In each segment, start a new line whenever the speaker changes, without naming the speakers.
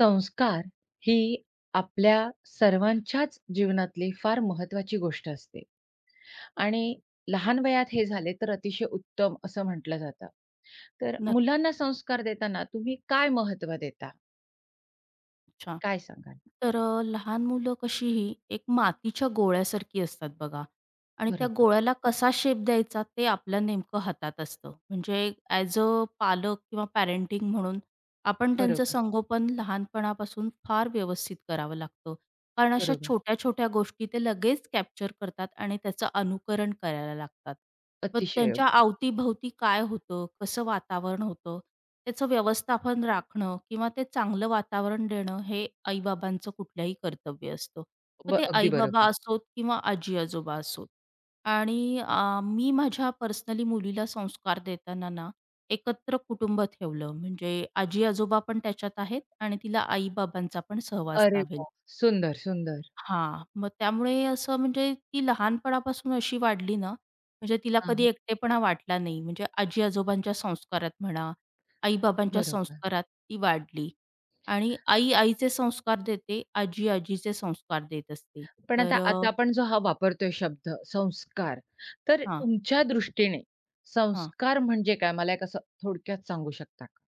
संस्कार ही आपल्या सर्वांच्याच जीवनातली फार महत्वाची गोष्ट असते आणि लहान वयात हे झाले तर अतिशय उत्तम असं म्हटलं जातं. तर
नक्क
मुलांना संस्कार देताना तुम्ही काय महत्त्व देता?
अच्छा.
काय सांगाल?
तर लहान मुलं कशीही एक मातीच्या गोळ्यासारखी असतात बघा आणि त्या
बरोबर.
गोळ्याला कसा शेप द्यायचा ते आपल्या नेमकं हातात असतं. म्हणजे ॲज अ पालक किंवा पॅरेंटिंग म्हणून आपण त्यांचं
बरोबर,
संगोपन लहानपणापासून फार व्यवस्थित करावं लागतं. कारण अशा
बरोबर.
छोट्या-छोट्या गोष्टी ते लगेच कॅप्चर करतात आणि त्याचं अनुकरण करायला लागतात. मग
अतिशय
त्यांच्या
योग्य.
अवतीभवती काय होतं, कसं वातावरण होतं, त्याचं व्यवस्थापन राखणं किंवा ते चांगलं वातावरण देणं हे आई-बाबांचं कुठल्याही कर्तव्य असतं. मग ते
अगदी
आईबाबा
बरोबर.
असोत किंवा आजी-आजोबा असोत. आणि मी माझ्या पर्सनली मुलीला संस्कार देताना ना, एकत्र कुटुंब ठेवलं. म्हणजे आजी-आजोबा पण त्याच्यात आहेत आणि तिला आई-बाबांचा पण सहवास
अरे
लाभेल.
वाह! सुंदर, सुंदर.
मग त्यामुळे असं म्हणजे ती लहानपणापासून अशी वाढली ना, म्हणजे तिला
हां,
कधी
हां.
एकटेपणा वाटला नाही. म्हणजे आजी-आजोबांच्या संस्कारात म्हणा, आई-बाबांच्या
बरोबर.
संस्कारात ती वाढली आणि आईचे संस्कार देते, आजीचे संस्कार देत असते.
पण आता
तर
आता
अ,
आपण जो हा वापरतोय शब्द संस्कार, तर
हां,
तुमच्या दृष्टीने
हां.
संस्कार म्हणजे काय? मला एक असं थोडक्यात सांगू शकता का?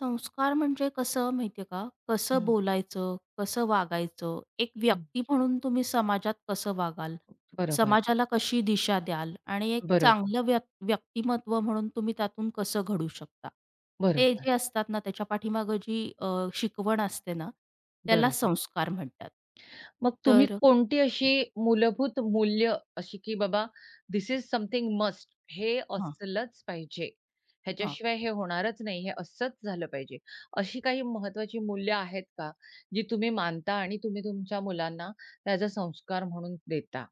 संस्कार म्हणजे कसं माहिती का? कसं
हं,
बोलायचं, कसं वागायचं? एक
हं.
व्यक्ती म्हणून तुम्ही समाजात कसं वागाल?
बरोबर,
समाजाला कशी दिशा द्याल? आणि एक
बरोबर,
चांगलं व्य व्यक्तिमत्व म्हणून तुम्ही त्यातून कसं घडू शकता? ते
बरोबर,
जे असतात ना, त्याच्या पाठीमागे जी शिकवण असते ना, त्याला
बरोबर.
संस्कार म्हणतात.
मग तुम्ही
तर
कोणती अशी मूलभूत मूल्य अशी की बाबा दिस इज समथिंग मस्ट हे
हां,
असलंच पाहिजे.
हां.
ह्याच्याशिवाय हे होणारच नाही. हे असंच झालं पाहिजे. अशी काही महत्त्वाची मूल्य आहेत का, जी तुम्ही मानता आणि तुम्ही तुमच्या मुलांना त्याचा संस्कार म्हणून देता?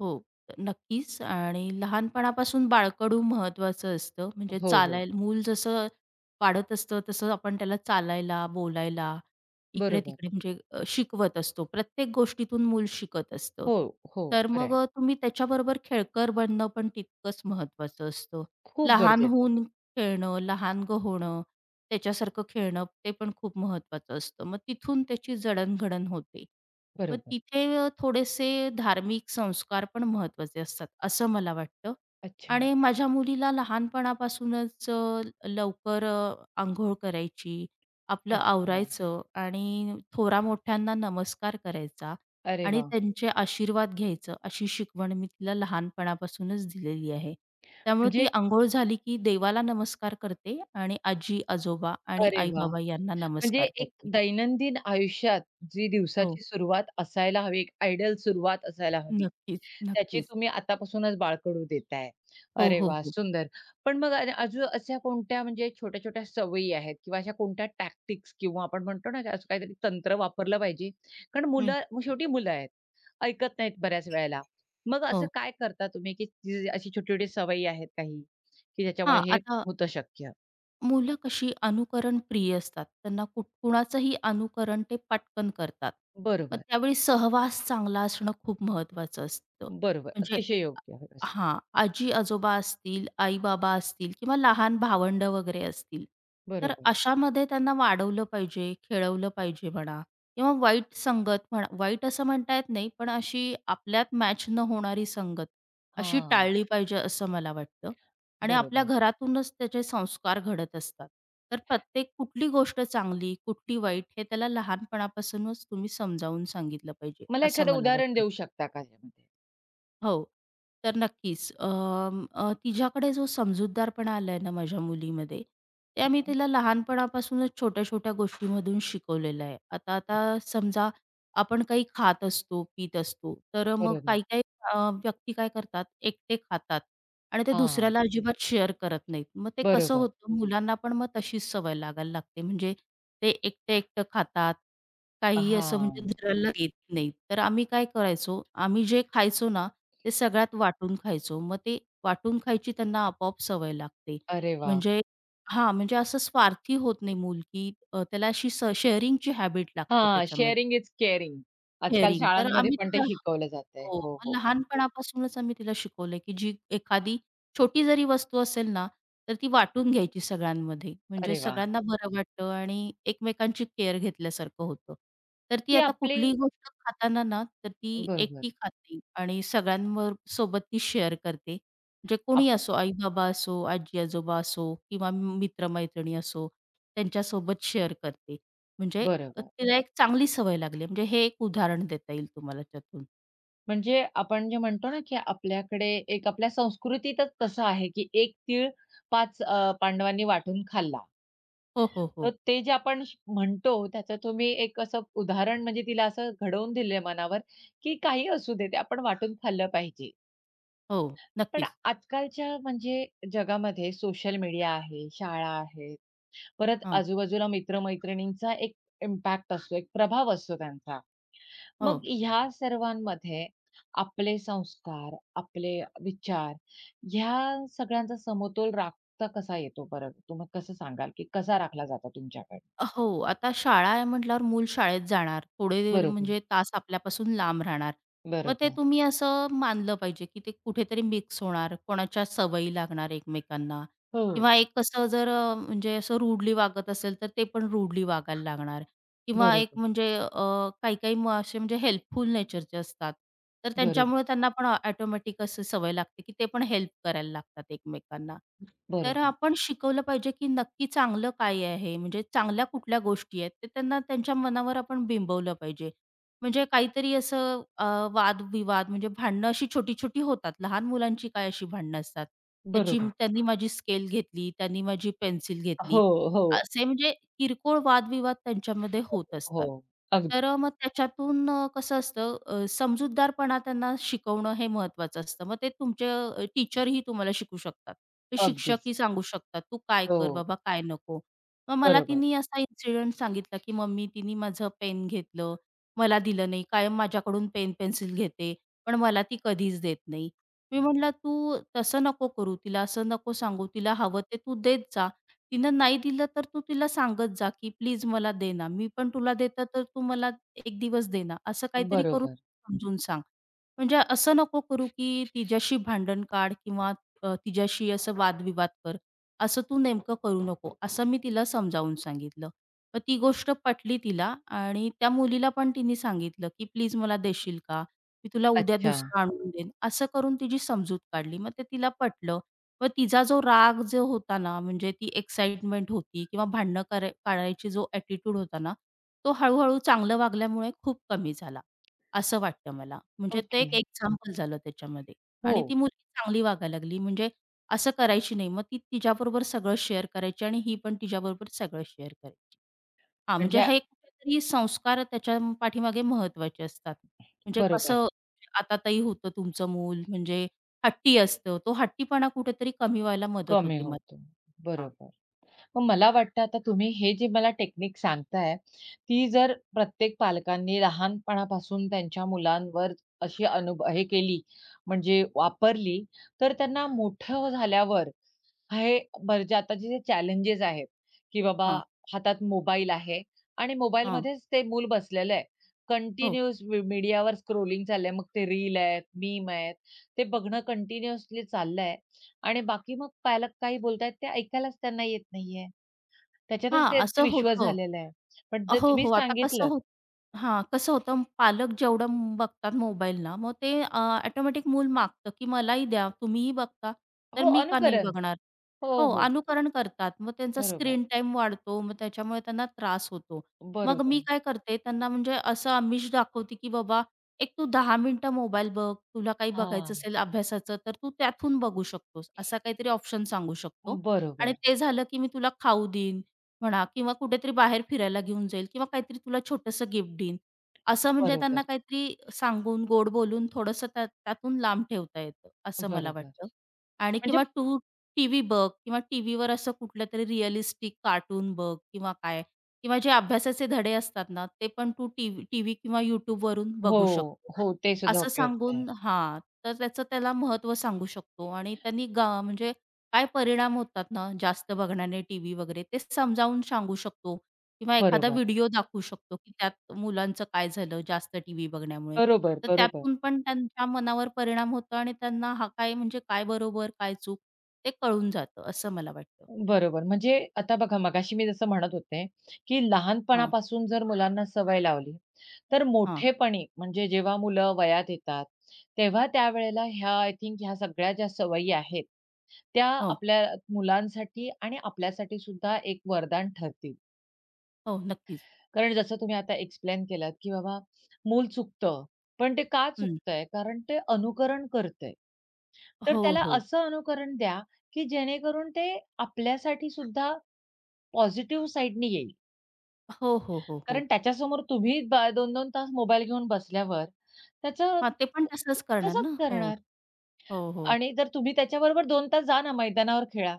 हो, तर नक्कीच आणि लहानपणापासून बाळकडू महत्त्वाचं असतं. म्हणजे
हो, हो.
चालायला मूल जसं वाढत असतं तसं आपण त्याला चालायला, बोलायला,
बरोबर.
इकडे-तिकडे शिकवत असतो. प्रत्येक गोष्टीतून मूल शिकत असतं.
हो, हो.
तर
खरं आहे.
तुम्ही त्याच्याबरोबर खेळकर बनणं पण तितकंच महत्त्वाचं असतं.
खूप
लहान
गरजेचं.
होऊन खेळणं, लहानगं होणं, त्याच्यासारखं खेळणं ते पण खूप महत्त्वाचं असतं. मग तिथून त्याची जडणघडण होते. मग
बरोबर.
तिथे थोडेसे धार्मिक संस्कार पण महत्त्वाचे असतात, असं मला वाटतं.
अच्छा,
आणि माझ्या मुलीला लहानपणापासूनच लवकर अंघोळ करायची, आपलं
अच्छा.
आवरायचं आणि थोरा-मोठ्यांना नमस्कार करायचा
अरे
आणि
वा
त्यांचे आशीर्वाद घ्यायचं, अशी शिकवण मी तिला लहानपणापासूनच दिलेली आहे. त्यामुळे
म्हणजे
ती अंघोळ झाली की देवाला नमस्कार करते आणि आजी-आजोबा आणि
अरे वाह!
आई-बाबा यांना
म्हणजे
नमस्कार
एक
करते.
दैनंदिन आयुष्यात जी
हो.
दिवसाची सुरुवात असायला हवी, एक आयडियल सुरुवात असायला हवी.
नक्कीच,
त्याची
नक्कीच.
तुम्ही आतापासूनच बाळकडू देताय.
हो,
अरे
हो,
वाह!
हो.
सुंदर. पण मग अजून अशा कोणत्या म्हणजे छोट्या-छोट्या सवयी आहेत किंवा अशा कोणत्या टॅक्टिक्स किंवा आपण म्हणतो ना, की असं काहीतरी तंत्र वापरलं पाहिजे. कारण
हं.
मुलं मग शेवटी मुलं आहेत. ऐकत नाहीत बऱ्याच वेळेला. मग असं
हो.
काय करता तुम्ही, की ती अशी छोटी-छोटी सवयी आहेत काही, की
हां,
ज्याच्यामुळे हे
आता
होतं शक्य?
मुलं कशी अनुकरणप्रिय असतात. त्यांना कुणाचंही अनुकरण ते पटकन करतात. मग
बरोबर,
त्यावेळी सहवास चांगला असणं खूप महत्वाचं असतं.
बरोबर.
म्हणजे
अतिशय
अ
योग्य होतं.
आजी-आजोबा असतील, आई-बाबा असतील किंवा लहान भावंडं वगैरे असतील. तर
बरोबर.
अशामध्ये त्यांना वाढवलं पाहिजे, खेळवलं पाहिजे म्हणा किंवा वाईट संगत म्हणा वाईट असं म्हणता येत नाही, पण अशी आपल्यात मॅच न होणारी संगत, अशी
हां,
टाळली पाहिजे असं मला वाटतं. आणि आपल्या
बरोबर.
घरातूनच त्याचे संस्कार घडत असतात. तर प्रत्येक कुठली गोष्ट चांगली, कुठली वाईट हे त्याला लहानपणापासूनच तुम्ही समजावून सांगितलं पाहिजे,
मला
असं
एखादं
मला
उदाहरण
वाटतं.
देऊ शकता का यामध्ये?
हो. तर नक्कीच अ, अ, तिच्याकडे जो समजूतदारपणा आलाय ना माझ्या मुलीमध्ये, ते आम्ही
हां,
तिला लहानपणापासूनच छोट्या-छोट्या गोष्टींमधून शिकवलेलं आहे. आता आता समजा आपण काही खात असतो, पीत असतो. तर मग
बरोबर.
काही-काही व्यक्ती काय करतात, एकटे खातात आणि ते
हां.
दुसऱ्याला अजिबात शेअर करत नाहीत. मग ते कसं
बरोबर.
होतं, मुलांना पण मग तशीच सवय लागायला लागते. म्हणजे ते एकटं-एकटं खातात. काहीही असं म्हणजे
हां.
दुसऱ्याला देत नाहीत. तर आम्ही काय करायचो, आम्ही जे खायचो ना, ते सगळ्यात वाटून खायचो. मग ते वाटून खायची त्यांना आपोआप सवय लागते.
अरे वाह!
म्हणजे म्हणजे असं स्वार्थी होत नाही मूल, की त्याला अशी शेअरिंगची हॅबिट लागते
हां,
त्याच्यामध्ये.
Sharing is caring. आजकाल
शेअरिंग तर
शाळांमध्ये
आम्ही
पण ते
तिथं
शिकवलं जातंय.
हो,
हो,
मग
हो.
लहानपणापासूनच आम्ही तिला शिकवलंय, की जी एखादी छोटी जरी वस्तू असेल ना, तर ती वाटून घ्यायची सगळ्यांमध्ये. म्हणजे
अरे वाह!
सगळ्यांना बरं वाटतं आणि एकमेकांची केअर घेतल्यासारखं होतं. तर ती
ती
आता
आपली
कुठलीही गोष्ट खाताना ना, तर ती एकटी
बरोबर.
खात नाही आणि सगळ्यांवर सोबत ती शेअर करते. म्हणजे कोणी
आप
असो, आई-बाबा असो, आजी-आजोबा असो किंवा मित्र असो, त्यांच्यासोबत शेअर करते. म्हणजे
बरोबर.
तिला एक चांगली सवय लागली. म्हणजे हे एक उदाहरण देता येईल तुम्हाला त्यातून.
म्हणजे आपण जे म्हणतो ना, की आपल्याकडे एक आपल्या संस्कृतीतच तसं आहे, की एक तीळ 5 पांडवांनी वाटून खाल्ला.
हो, हो,
तर
हो.
ते जे आपण म्हणतो, त्याचं तुम्ही एक असं उदाहरण म्हणजे तिला असं घडवून दिलंय मनावर, की काही असू दे, ते आपण वाटून खाल्लं पाहिजे.
हो,
पण
नक्कीच.
आजकालच्या म्हणजे जगामध्ये सोशल मीडिया आहे, शाळा आहे, परत
हां,
आजूबाजूला मित्र-मैत्रिणींचा एक इम्पॅक्ट असतो, एक प्रभाव असतो त्यांचा. मग
हो.
ह्या सर्वांमध्ये आपले संस्कार, आपले विचार ह्या सगळ्यांचा समतोल राखता कसा येतो बरं? तुम्ही कसं सांगाल, की कसा राखला जातो तुमच्याकडे?
हो, आता शाळा आहे म्हटल्यावर मूल शाळेत जाणार. थोडे
बरोबर,
म्हणजे तास आपल्यापासून लांब राहणार. मग ते
बरोबर.
तुम्ही असं मानलं पाहिजे, की ते कुठेतरी मिक्स होणार, कोणाच्या सवयी लागणार एकमेकांना
हो,
किंवा एक कसं जर म्हणजे असं रूडली वागत असेल, तर ते पण रूडली वागायला लागणार. किंवा एक
बरोबर,
म्हणजे काही-काही मग असे म्हणजे हेल्पफुल नेचरचे असतात. तर
बरोबर,
त्यांच्यामुळे त्यांना पण ऑटोमॅटिक असं सवय लागते, की ते पण हेल्प करायला लागतात एकमेकांना. तर
बरोबर,
आपण शिकवलं पाहिजे, की नक्की चांगलं काय आहे? म्हणजे चांगल्या कुठल्या गोष्टी आहेत? ते त्यांना त्यांच्या मनावर आपण बिंबवलं पाहिजे. म्हणजे काहीतरी असं वाद म्हणजे भांडणं अशी छोटी-छोटी होतात. लहान मुलांची काय अशी भांडणं असतात. त्याची
बरोबर.
त्यांनी माझी स्केल घेतली, त्यांनी माझी पेन्सिल
हो,
घेतली.
हो,
असे म्हणजे किरकोळ वादविवाद त्यांच्यामध्ये होत असतात.
हो. अगदी,
तर मग त्याच्यातून कसं असतं समजूतदारपणा त्यांना शिकवणं हे महत्वाचं असतं. मग ते तुमचे टीचरही तुम्हाला शिकू शकतात. ते
अगदीच.
शिक्षकही सांगू शकतात, "तू काय कर
हो,
बाबा, काय नको." मग मला
बरोबर.
तिनी असा इन्सिडेंट सांगितला, की मम्मी तिने माझं पेन घेतलं, मला दिलं नाही. कायम माझ्याकडून पेन, पेन्सिल घेते, पण मला ती कधीच देत नाही. मी म्हटलं, "तू तसं नको करू. तिला असं नको सांगू. तिला हवं ते तू देत जा." तिनं नाही दिलं तर तू तिला सांगत जा, की "प्लीज मला दे ना. मी पण तुला देते तर तू मला एक दिवस दे ना." असं काहीतरी करून
बरोबर.
समजून सांग. म्हणजे असं नको करू, की तिच्याशी भांडण काढ किंवा तिच्याशी असं वादविवाद कर. असं तू नेमकं करू नको, असं मी तिला समजावून सांगितलं. मग ती गोष्ट पटली तिला आणि त्या मुलीला पण तिने सांगितलं, की "प्लीज मला देशील का? मी तुला उद्या
अच्छा.
दुसरं आणून देईन." असं करून तिची समजूत काढली. मग ते तिला पटलं. मग तिचा जो राग होता ना, म्हणजे ती एक्साइटमेंट होती किंवा भांडणं काढायची जो ॲटिट्यूड होता ना, तो हळू-हळू चांगलं वागल्यामुळे खूप कमी झाला, असं वाटतं मला. म्हणजे ते
ओके.
एक एक्झाम्पल झालं त्याच्यामध्ये
हो,
आणि ती मुलगी चांगली वागायला लागली. म्हणजे असं करायची नाही. मग ती तिच्याबरोबर सगळं शेअर करायची आणि ही पण तिच्याबरोबर सगळं शेअर करायची. म्हणजे
म्हणजे
हे कुठेतरी संस्कार त्याच्या पाठीमागे महत्त्वाचे असतात. म्हणजे
बरोबर.
कसं आता ताई होतं तुमचं मूल म्हणजे हट्टी असतं. तो हट्टीपणा कुठेतरी कमी व्हायला मदत
कमी
होते मला.
होतो.
हा,
बरोबर. मग मला वाटतं आता तुम्ही हे जे मला टेक्निक सांगताय, ती जर प्रत्येक पालकांनी लहानपणापासून त्यांच्या मुलांवर अशी हे केली म्हणजे वापरली, तर त्यांना मोठं झाल्यावर हे बरेच आताचे जे चॅलेंजेस आहेत, की बाबा
हा,
हातात मोबाईल आहे आणि
हा,
मोबाईलमध्येच ते मूल बसलेलं आहे.
हो.
कंटिन्यूअस वी मीडियावर स्क्रॉलिंग चाललंय. मग ते रील आहेत, मीम आहेत, ते बघणं कंटिन्युअसली चाललंय आणि बाकी मग पालक काही बोलतायत ते ऐकायलाच त्यांना येत नाहीये. त्याच्यातच त्यांचा
असं
विश्वास
होतं.
झालेला आहे. पण जर
हो,
तुम्ही
हो. आता कसं
सांगितलं
होत कसं होतं पालक जेवढं बघतात मोबाईलला, मग ते ऑटोमॅटिक मूल मागतं, की मलाही द्या, तुम्हीही बघता, तर
हो,
मी का नाही
अनुकरण.
बघणार?
हो,
हो,
हो, हो.
अनुकरण करतात. मग त्यांचा
बरोबर,
स्क्रीन टाईम वाढतो, मग त्याच्यामुळे त्यांना त्रास होतो. मग
बरोबर.
मी काय करते, त्यांना म्हणजे असं आमिष दाखवते, की बाबा एक तू 10 मिनिटं मोबाईल बघ, तुला काही बघायचं
हां.
असेल अभ्यासाचं, तर तू त्यातून बघू शकतोस, असा काहीतरी ऑप्शन सांगू शकतो आणि
बरोबर,
ते झालं, की मी तुला खाऊ देईन म्हणा किंवा कुठेतरी बाहेर फिरायला घेऊन जाईल किंवा काहीतरी तुला छोटंसं गिफ्ट देईन. असं म्हणजे
बरोबर,
त्यांना काहीतरी सांगून, गोड बोलून थोडंसं त्यातून लांब ठेवता येतं, असं मला
बरोबर.
वाटतं. आणि
म्हणजे
किंवा तू टीव्ही बघ किंवा टीव्हीवर असं कुठलंतरी रिअलिस्टिक कार्टून बघ किंवा काय किंवा जे अभ्यासाचे धडे असतात ना, ते पण तू टीव्ही टीव्ही किंवा YouTubeवरून
हो,
बघू शकतो.
हो. ते सुद्धा
असं
उपयुक्त आहे.
सांगून हां, तर त्याचं त्याला महत्त्व सांगू शकतो आणि त्यांनी गा म्हणजे काय परिणाम होतात ना, जास्त बघण्याने टीव्ही वगैरे ते समजावून सांगू शकतो किंवा एखादा
बरोबर,
व्हिडिओ दाखवू शकतो, की त्यात मुलांचं काय झालं जास्त टीव्ही बघण्यामुळे.
बरोबर,
तर
बरोबर,
त्यातून पण त्यांच्या मनावर परिणाम होतो आणि त्यांना हा काय म्हणजे काय बरोबर, काय चूक ते कळून जातं असं मला वाटतं.
बरोबर. म्हणजे आता बघा मगाशी मी जसं म्हणत होते, की
हां,
लहानपणापासून जर मुलांना सवय लावली, तर
हां.
मोठेपणी म्हणजे जेव्हा मुलं वयात येतात, तेव्हा त्यावेळेला ह्या आय थिंक ह्या सगळ्या ज्या सवयी आहेत, त्या
हो,
आपल्या मुलांसाठी आणि आपल्यासाठी सुद्धा एक वरदान ठरतील.
हो. नक्कीच.
कारण जसं तुम्ही आता एक्सप्लेन केलात, की बाबा मूल चुकतं, पण ते का
हं.
चुकतंय? कारण ते अनुकरण करतंय. तर
हो,
त्याला
हो.
असं अनुकरण द्या, की जेणेकरून ते आपल्यासाठी सुद्धा पॉझिटिव्ह साइडनी येईल.
हो, हो, हो,
कारण
हो.
त्याच्यासमोर तुम्ही 2-2 तास मोबाईल घेऊन बसल्यावर त्याचं
हां, ते पण तसंच करणार
तसंच
ना. हो,
करणार
हो, हो.
आणि जर तुम्ही त्याच्याबरोबर 2 तास जा ना मैदानावर खेळा.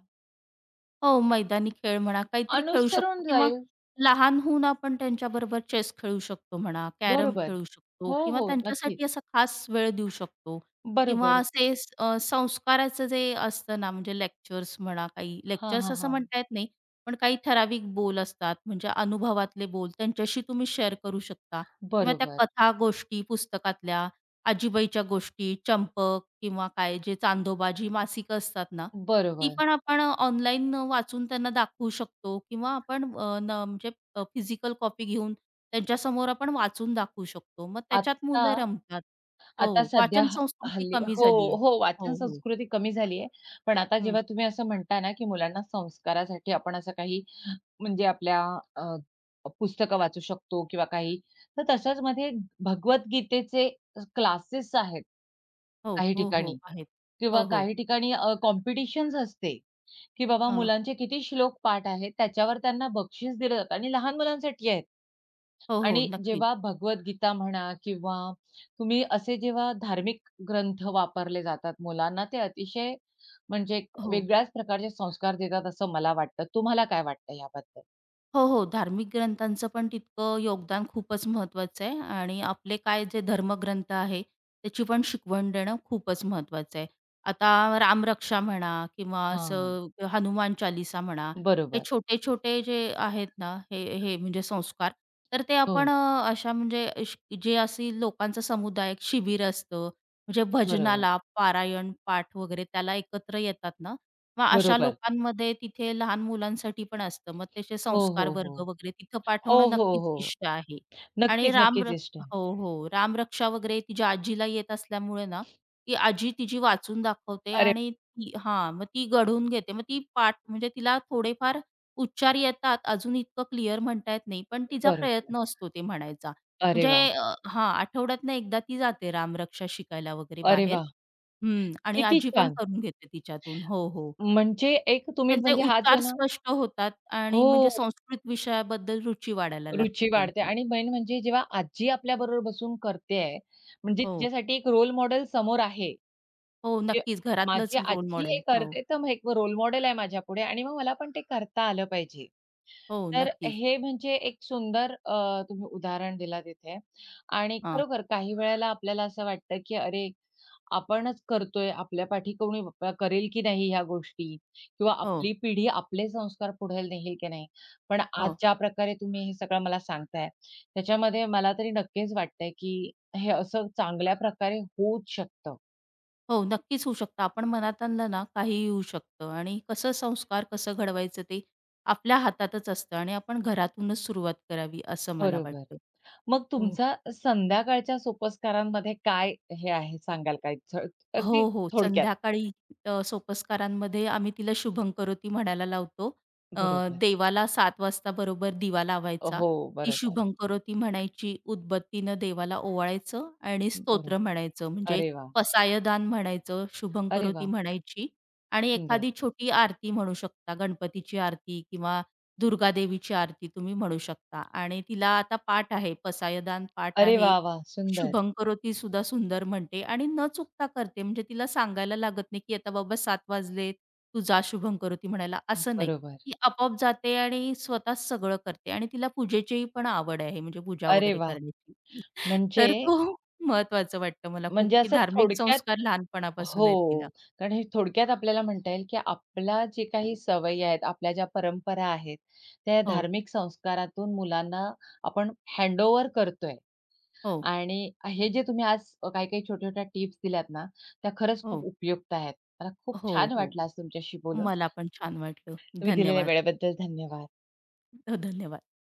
हो, मैदानी खेळ म्हणा, काहीतरी खेळू शकतो
अनुसरून
किंवा
जाईल.
लहान होऊन आपण त्यांच्याबरोबर चेस खेळू शकतो म्हणा, कॅरम
बरोबर.
खेळू शकतो
हो,
किंवा
हो. नक्कीच.
त्यांच्यासाठी असा खास वेळ देऊ शकतो किंवा
बरोबर.
असे संस्काराचं जे असतं ना, म्हणजे लेक्चर्स म्हणा, काही
हां,
लेक्चर्स
हां,
असं
हां.
म्हणता येत नाही, पण काही ठराविक बोल असतात, म्हणजे अनुभवातले बोल त्यांच्याशी तुम्ही शेअर करू शकता किंवा त्या
बरोबर.
कथा, गोष्टी पुस्तकातल्या, आजीबाईच्या गोष्टी, चंपक किंवा काय जे चांदोबा मासिकं असतात ना, ती
बरोबर.
पण आपण ऑनलाईन वाचून त्यांना दाखवू शकतो किंवा आपण अ, न म्हणजे अ, फिजिकल कॉपी घेऊन त्यांच्यासमोर आपण वाचून दाखवू शकतो. मग त्याच्यात
आत्ता
मुलं रमतात.
आता
हो,
सध्या
वाचन
ह
संस्कृती
हल्ली
कमी
हो,
झाली आहे.
हो, वाचन
हो, हो.
संस्कृती कमी झाली आहे. पण आता
हं.
जेव्हा तुम्ही असं म्हणता ना, की मुलांना संस्कारासाठी आपण असं काही म्हणजे आपल्या अ, पुस्तकं वाचू शकतो किंवा काही, तर तशाच मध्ये भगवद्गीतेचे क्लासेस आहेत
हो,
काही
हो, हो.
ठिकाणी
आहेत.
किंवा
हो, हो.
काही ठिकाणी कॉम्पिटिशन्स असते, की बाबा
हां.
मुलांचे किती श्लोक पाठ आहेत, त्याच्यावर त्यांना बक्षीस दिलं जातं आणि लहान मुलांसाठी आहेत.
हो, हो.
आणि
नक्कीच.
जेव्हा भगवद्गीता म्हणा किंवा तुम्ही असे जेव्हा धार्मिक ग्रंथ वापरले जातात मुलांना ते अतिशय म्हणजे एक
हो.
वेगळ्याच प्रकारचे संस्कार देतात असं मला वाटतं. तुम्हाला काय वाटतं याबद्दल?
हो, हो. धार्मिक ग्रंथांचं पण तितकं योगदान खूपच महत्त्वाचं आहे आणि आपले काय जे धर्मग्रंथ आहे, त्याची पण शिकवण देणं खूपच महत्त्वाचं आहे. आता रामरक्षा म्हणा किंवा
हां.
असं हनुमान चालीसा म्हणा, हे
बरोबर.
छोटे-छोटे जे आहेत ना, हे हे म्हणजे संस्कार, तर ते
हो.
आपण अशा म्हणजे श जे अशी लोकांचा समुदाय शिबिर असतं, म्हणजे
बरोबर.
भजनाला, पारायण, पाठ वगैरे त्याला एकत्र येतात ना, मग अशा
बरोबर.
लोकांमध्ये तिथे लहान मुलांसाठी पण असतं. मग त्याचे
हो, हो,
संस्कार
हो.
वर्ग वगैरे तिथं
हो,
पाठवणं
हो,
नक्कीच
हो.
इष्ट आहे. आणि
नक्कीच,
राम
नक्कीच
र
इष्ट आहे.
हो, हो. रामरक्षा वगैरे तिच्या आजीला येत असल्यामुळे ना, ती आजी तिची वाचून दाखवते
अरे
आणि ती हां, मग ती घडवून घेते. मग ती पाठ म्हणजे तिला थोडेफार उच्चार येतात. अजून इतकं क्लिअर म्हणता येत नाही, पण तिचा
बरोबर.
प्रयत्न असतो ते म्हणायचा.
अरे
म्हणजे
वाह!
हां, आठवड्यातनं एकदा ती जाते रामरक्षा शिकायला वगैरे
अरे
बाहेर.
वाह!
हं. आणि
किती
आजी पण
छान.
करून घेते तिच्यातून. हो, हो.
म्हणजे एक तुम्ही
त्यांचे
म्हणजे हा जो
उच्चार
ना
स्पष्ट होतात आणि
हो.
म्हणजे संस्कृत विषयाबद्दल रुची वाढायला
रुची
लागते
वाढते
त्यांची.
आणि मेन म्हणजे जेव्हा आजी आपल्याबरोबर बसून करते आहे, म्हणजे
हो,
तिच्यासाठी एक रोल मॉडेल समोर आहे,
हो,
की
नक्कीच
माझी
घरातलंच रोल
आजी हे
मॉडेल. हो,
करते, तर मग एक रोल मॉडेल आहे माझ्यापुढे आणि मग मला पण ते करता आलं पाहिजे.
हो,
तर
नक्कीच.
हे म्हणजे एक सुंदर तुम्ही उदाहरण दिलात इथे आणि
हां,
खरोखर काही वेळेला आपल्याला असं वाटतं, की अरे आपणच करतोय, आपल्या पाठी कोणी करेल की नाही ह्या गोष्टी किंवा
हो,
आपली पिढी आपले संस्कार पुढे नेईल की नाही. पण आज
हो,
ज्या प्रकारे तुम्ही हे सगळं मला सांगताय, त्याच्यामध्ये मला तरी नक्कीच वाटतंय की हे असं चांगल्या प्रकारे होऊच शकतं.
हो, नक्कीच होऊ शकतं. आपण मनात आणलं ना, काहीही होऊ शकतं आणि संस्कार कसं घडवायचं ते आपल्या हातातच असतं आणि आपण घरातूनच सुरुवात करावी असं मला
बरोबर.
वाटतं.
मग
हो.
तुमचा संध्याकाळच्या सोपस्कारांमध्ये काय हे आहे सांगाल का? अगदी
हो, हो.
थोडक्यात?
संध्याकाळी सोपस्कारांमध्ये आम्ही तिला शुभंकरोती म्हणायला लावतो. अ,
बरोबर.
देवाला 7 वाजता बरोबर दिवा लावायचा.
हो,
ती
बरोबर,
शुभंकरोती म्हणायची, उदबत्तीनं देवाला ओवाळायचं आणि स्तोत्र
बरोबर.
म्हणायचं. म्हणजे
अरे वाह!
पसायदान म्हणायचं,
अरे
शुभंकरोती
वाह!
म्हणायची आणि
सुंदर.
एखादी छोटी आरती म्हणू शकता. गणपतीची आरती किंवा दुर्गादेवीची आरती तुम्ही म्हणू शकता आणि तिला आता पाठ आहे, पसायदान पाठ
अरे
आहे
वाह, वाह! सुंदर.
शुभं करोती सुद्धा सुंदर म्हणते आणि न चुकता करते. म्हणजे तिला सांगायला लागत नाही, की आता बाबा 7 वाजले, तू जा शुभं करोती म्हणायला, असं नाही.
बरोबर.
ती आपोआप जाते आणि स्वतःच सगळं करते आणि तिला पूजेचीही पण आवड आहे, म्हणजे पूजा
अरे
वगैरे
वाह!
करण्याची.
म्हणजे,
तर तो महत्वाचं वाटतं मला खूप,
म्हणजे
की
असं
धार्मिक
थोडक्यात
संस्कार लहानपणापासून आहेत
हो.
तिला.
कारण हे थोडक्यात आपल्याला म्हणता येईल, की आपल्या जे काही सवयी आहेत, आपल्या ज्या परंपरा आहेत, त्या
हो,
धार्मिक संस्कारातून मुलांना आपण हँडओव्हर करतोय.
हो,
आणि हे जे तुम्ही आज काही-काही छोट्या-छोट्या टिप्स दिल्यात ना, त्या खरंच खूप
हो,
उपयुक्त आहेत. मला खूप
हो,
छान
हो.
वाटलं आज तुमच्याशी बोलून.
मला पण छान वाटलं.
तुम्ही दिलेल्या
धन्यवाद.
वेळेबद्दल धन्यवाद.
धन्यवाद.